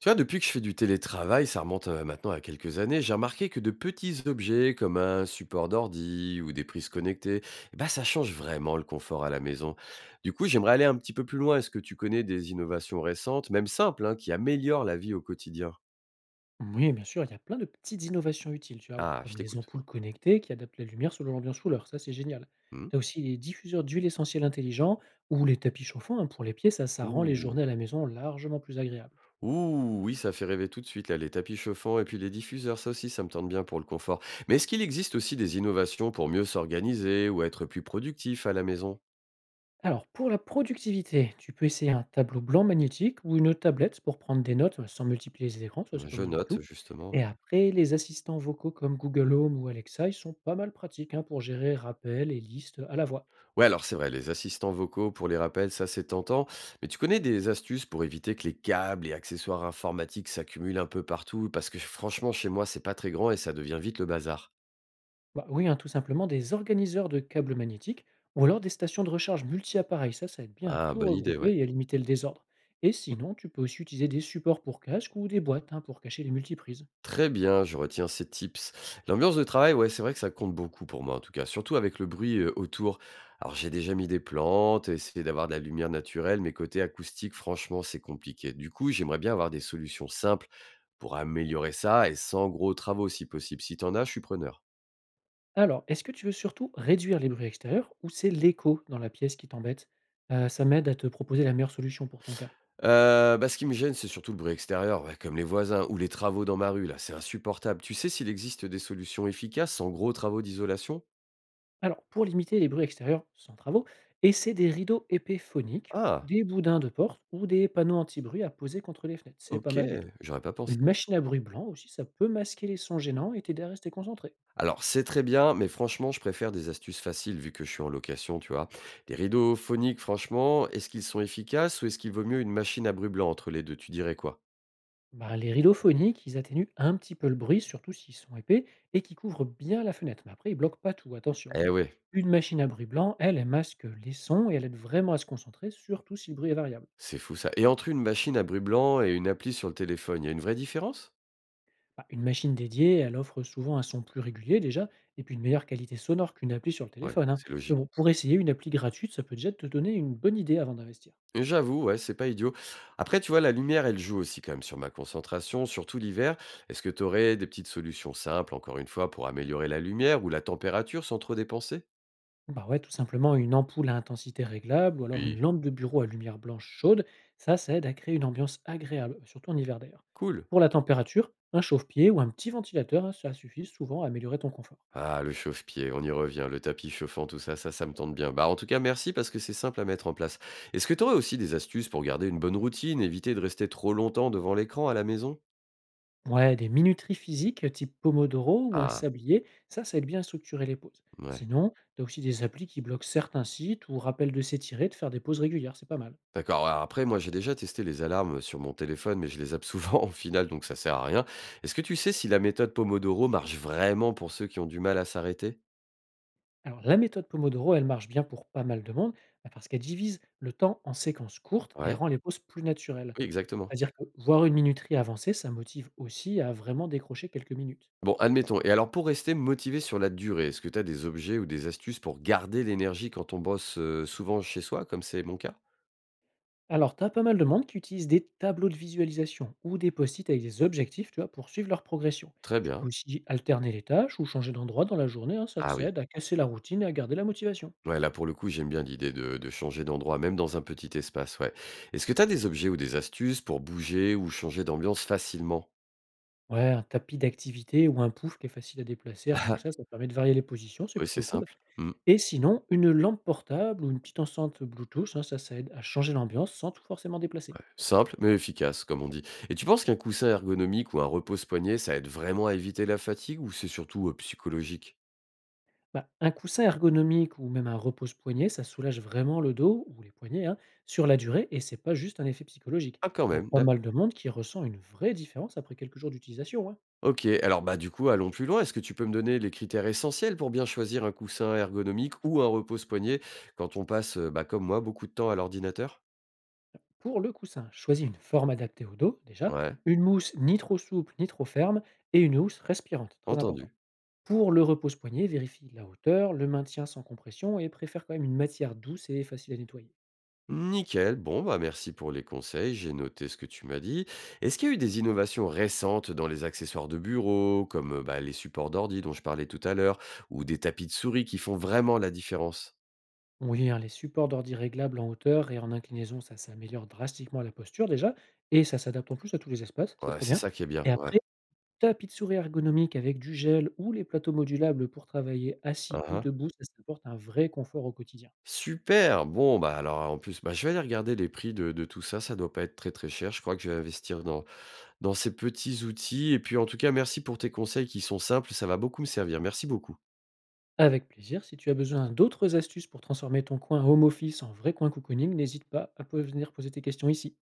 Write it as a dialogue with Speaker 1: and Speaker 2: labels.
Speaker 1: Tu vois, depuis que je fais du télétravail, ça remonte maintenant à quelques années, j'ai remarqué que de petits objets comme un support d'ordi ou des prises connectées, eh ben, ça change vraiment le confort à la maison. Du coup, j'aimerais aller un petit peu plus loin. Est-ce que tu connais des innovations récentes, même simples, hein, qui améliorent la vie au quotidien?
Speaker 2: Oui, bien sûr, il y a plein de petites innovations utiles, tu vas voir,
Speaker 1: Ah, je
Speaker 2: comme les
Speaker 1: t'écoute.
Speaker 2: ampoules connectées qui adaptent la lumière selon l'ambiance ou l'heure, ça c'est génial.
Speaker 1: Hmm.
Speaker 2: Tu as aussi les diffuseurs d'huile essentielle intelligents ou les tapis chauffants hein, pour les pieds, ça rend les
Speaker 1: Ouh.
Speaker 2: journées à la maison largement plus agréables.
Speaker 1: Ouh, oui, ça fait rêver tout de suite, là, les tapis chauffants et puis les diffuseurs, ça aussi, ça me tente bien pour le confort. Mais est-ce qu'il existe aussi des innovations pour mieux s'organiser ou être plus productif à la maison?
Speaker 2: Alors, pour la productivité, tu peux essayer un tableau blanc magnétique ou une tablette pour prendre des notes sans multiplier les écrans, ça c'est pas
Speaker 1: Je
Speaker 2: mal du
Speaker 1: note,
Speaker 2: tout.
Speaker 1: justement.
Speaker 2: Et après, les assistants vocaux comme Google Home ou Alexa, ils sont pas mal pratiques hein, pour gérer rappels et listes à la voix.
Speaker 1: Ouais, alors c'est vrai, les assistants vocaux pour les rappels, ça c'est tentant. Mais tu connais des astuces pour éviter que les câbles et accessoires informatiques s'accumulent un peu partout? Parce que franchement, chez moi, c'est pas très grand et ça devient vite le bazar.
Speaker 2: Bah oui, hein, tout simplement des organiseurs de câbles magnétiques ou alors des stations de recharge multi-appareils. Ça aide bien à
Speaker 1: Ah,
Speaker 2: tout
Speaker 1: bonne idée, ouais.
Speaker 2: regrouper et à limiter le désordre. Et sinon, tu peux aussi utiliser des supports pour casque ou des boîtes hein, pour cacher les multiprises.
Speaker 1: Très bien, je retiens ces tips. L'ambiance de travail, ouais, c'est vrai que ça compte beaucoup pour moi en tout cas, surtout avec le bruit autour. Alors j'ai déjà mis des plantes, essayé d'avoir de la lumière naturelle, mais côté acoustique, franchement, c'est compliqué. Du coup, j'aimerais bien avoir des solutions simples pour améliorer ça et sans gros travaux si possible. Si t'en as, je suis preneur.
Speaker 2: Alors, est-ce que tu veux surtout réduire les bruits extérieurs ou c'est l'écho dans la pièce qui t'embête? Ça m'aide à te proposer la meilleure solution pour ton cas.
Speaker 1: Bah, ce qui me gêne, c'est surtout le bruit extérieur, ouais, comme les voisins ou les travaux dans ma rue là, c'est insupportable. Tu sais s'il existe des solutions efficaces sans gros travaux d'isolation?
Speaker 2: Alors, pour limiter les bruits extérieurs sans travaux, essaie des rideaux épais phoniques,
Speaker 1: Ah!
Speaker 2: des boudins de porte ou des panneaux anti-bruit à poser contre les fenêtres. C'est pas
Speaker 1: OK,
Speaker 2: mal du tout.
Speaker 1: j'aurais pas pensé.
Speaker 2: Une machine à bruit blanc aussi, ça peut masquer les sons gênants et t'aider à rester concentré.
Speaker 1: Alors c'est très bien, mais franchement, je préfère des astuces faciles vu que je suis en location, tu vois? Des rideaux phoniques, franchement, est-ce qu'ils sont efficaces ou est-ce qu'il vaut mieux une machine à bruit blanc? Entre les 2 tu dirais quoi?
Speaker 2: Bah, les rideaux phoniques, ils atténuent un petit peu le bruit, surtout s'ils sont épais et qui couvrent bien la fenêtre. Mais après, ils bloquent pas tout, attention, hein.
Speaker 1: Eh ouais,
Speaker 2: Une machine à bruit blanc, elle, elle masque les sons et elle aide vraiment à se concentrer, surtout si le bruit est variable.
Speaker 1: c'est fou ça. Et entre une machine à bruit blanc et une appli sur le téléphone, il y a une vraie différence?
Speaker 2: Bah, une machine dédiée, elle offre souvent un son plus régulier déjà, et puis une meilleure qualité sonore qu'une appli sur le
Speaker 1: Ouais,
Speaker 2: téléphone, hein.
Speaker 1: c'est
Speaker 2: Mais
Speaker 1: logique.
Speaker 2: bon, pour essayer une appli gratuite, ça peut déjà te donner une bonne idée avant d'investir.
Speaker 1: J'avoue, ouais, c'est pas idiot. Après, tu vois, la lumière, elle joue aussi quand même sur ma concentration, surtout l'hiver. Est-ce que tu aurais des petites solutions simples, encore une fois, pour améliorer la lumière ou la température sans trop dépenser?
Speaker 2: Bah ouais, tout simplement une ampoule à intensité réglable ou alors une
Speaker 1: Oui.
Speaker 2: lampe de bureau à lumière blanche chaude, ça aide à créer une ambiance agréable, surtout en hiver d'ailleurs.
Speaker 1: Cool.
Speaker 2: Pour la température, un chauffe-pied ou un petit ventilateur, hein, ça suffit souvent à améliorer ton confort.
Speaker 1: Ah, le chauffe-pied, on y revient, le tapis chauffant, tout ça, ça, ça me tente bien. Bah, en tout cas, merci parce que c'est simple à mettre en place. Est-ce que tu aurais aussi des astuces pour garder une bonne routine, éviter de rester trop longtemps devant l'écran à la maison?
Speaker 2: Ouais, des minuteries physiques type Pomodoro ou un
Speaker 1: Ah,
Speaker 2: sablier, ça aide bien à structurer les pauses.
Speaker 1: ouais.
Speaker 2: Sinon, t'as aussi des applis qui bloquent certains sites ou rappellent de s'étirer, de faire des pauses régulières, c'est pas mal.
Speaker 1: D'accord, alors après moi j'ai déjà testé les alarmes sur mon téléphone, mais je les zappe souvent au final, donc ça sert à rien. Est-ce que tu sais si la méthode Pomodoro marche vraiment pour ceux qui ont du mal à s'arrêter?
Speaker 2: Alors la méthode Pomodoro, elle marche bien pour pas mal de monde, bah, parce qu'elle divise le temps en séquences courtes et elle
Speaker 1: Ouais,
Speaker 2: rend les pauses plus naturelles.
Speaker 1: oui, exactement.
Speaker 2: C'est-à-dire que voir une minuterie avancer, ça motive aussi à vraiment décrocher quelques minutes.
Speaker 1: Bon, admettons. Et alors pour rester motivé sur la durée, est-ce que tu as des objets ou des astuces pour garder l'énergie quand on bosse souvent chez soi, comme c'est mon cas?
Speaker 2: Alors, tu as pas mal de monde qui utilisent des tableaux de visualisation ou des post-it avec des objectifs, tu vois, pour suivre leur progression.
Speaker 1: Très
Speaker 2: Tu peux
Speaker 1: bien.
Speaker 2: aussi alterner les tâches ou changer d'endroit dans la journée, hein, ça
Speaker 1: Ah oui.
Speaker 2: s'aide à casser la routine et à garder la motivation.
Speaker 1: Ouais, là pour le coup, j'aime bien l'idée de changer d'endroit, même dans un petit espace, ouais. Est-ce que tu as des objets ou des astuces pour bouger ou changer d'ambiance facilement?
Speaker 2: Ouais, un tapis d'activité ou un pouf qui est facile à déplacer, rien que ça permet de varier les positions, c'est
Speaker 1: Ah, oui, c'est
Speaker 2: plutôt cool.
Speaker 1: simple. Mmh.
Speaker 2: Et sinon, une lampe portable ou une petite enceinte Bluetooth, hein, ça aide à changer l'ambiance sans tout forcément déplacer.
Speaker 1: Simple mais efficace, comme on dit. Et tu penses qu'un coussin ergonomique ou un repose-poignet, ça aide vraiment à éviter la fatigue ou c'est surtout psychologique?
Speaker 2: Bah, un coussin ergonomique ou même un repose-poignet, ça soulage vraiment le dos ou les poignets hein, sur la durée et c'est pas juste un effet psychologique.
Speaker 1: Ah, quand
Speaker 2: T'as
Speaker 1: même,
Speaker 2: pas mal
Speaker 1: d'accord.
Speaker 2: de monde qui ressent une vraie différence après quelques jours d'utilisation, hein.
Speaker 1: Ok, alors bah du coup, allons plus loin. Est-ce que tu peux me donner les critères essentiels pour bien choisir un coussin ergonomique ou un repose-poignet quand on passe, bah, comme moi, beaucoup de temps à l'ordinateur?
Speaker 2: Pour le coussin, choisis une forme adaptée au dos déjà,
Speaker 1: Ouais,
Speaker 2: une mousse ni trop souple ni trop ferme et une housse respirante, très
Speaker 1: entendu.
Speaker 2: important. Pour le repose-poignet, vérifie la hauteur, le maintien sans compression et préfère quand même une matière douce et facile à nettoyer.
Speaker 1: Nickel. Bon, bah, merci pour les conseils. J'ai noté ce que tu m'as dit. Est-ce qu'il y a eu des innovations récentes dans les accessoires de bureau, comme bah, les supports d'ordi dont je parlais tout à l'heure, ou des tapis de souris qui font vraiment la différence?
Speaker 2: Oui, hein, les supports d'ordi réglables en hauteur et en inclinaison, ça, s'améliore drastiquement la posture déjà, et ça s'adapte en plus à tous les espaces, c'est
Speaker 1: Ouais,
Speaker 2: trop
Speaker 1: c'est
Speaker 2: bien.
Speaker 1: ça qui est bien.
Speaker 2: Et
Speaker 1: Ouais.
Speaker 2: après, tapis de souris ergonomique avec du gel ou les plateaux modulables pour travailler assis ou
Speaker 1: Uhum.
Speaker 2: debout, ça apporte un vrai confort au quotidien.
Speaker 1: Super. Bon, bah, alors, en plus, bah, je vais aller regarder les prix de tout ça. Ça doit pas être très, très cher. Je crois que je vais investir dans, dans ces petits outils. Et puis, en tout cas, merci pour tes conseils qui sont simples. Ça va beaucoup me servir. Merci beaucoup.
Speaker 2: Avec plaisir, si tu as besoin d'autres astuces pour transformer ton coin home office en vrai coin cocooning, n'hésite pas à venir poser tes questions ici.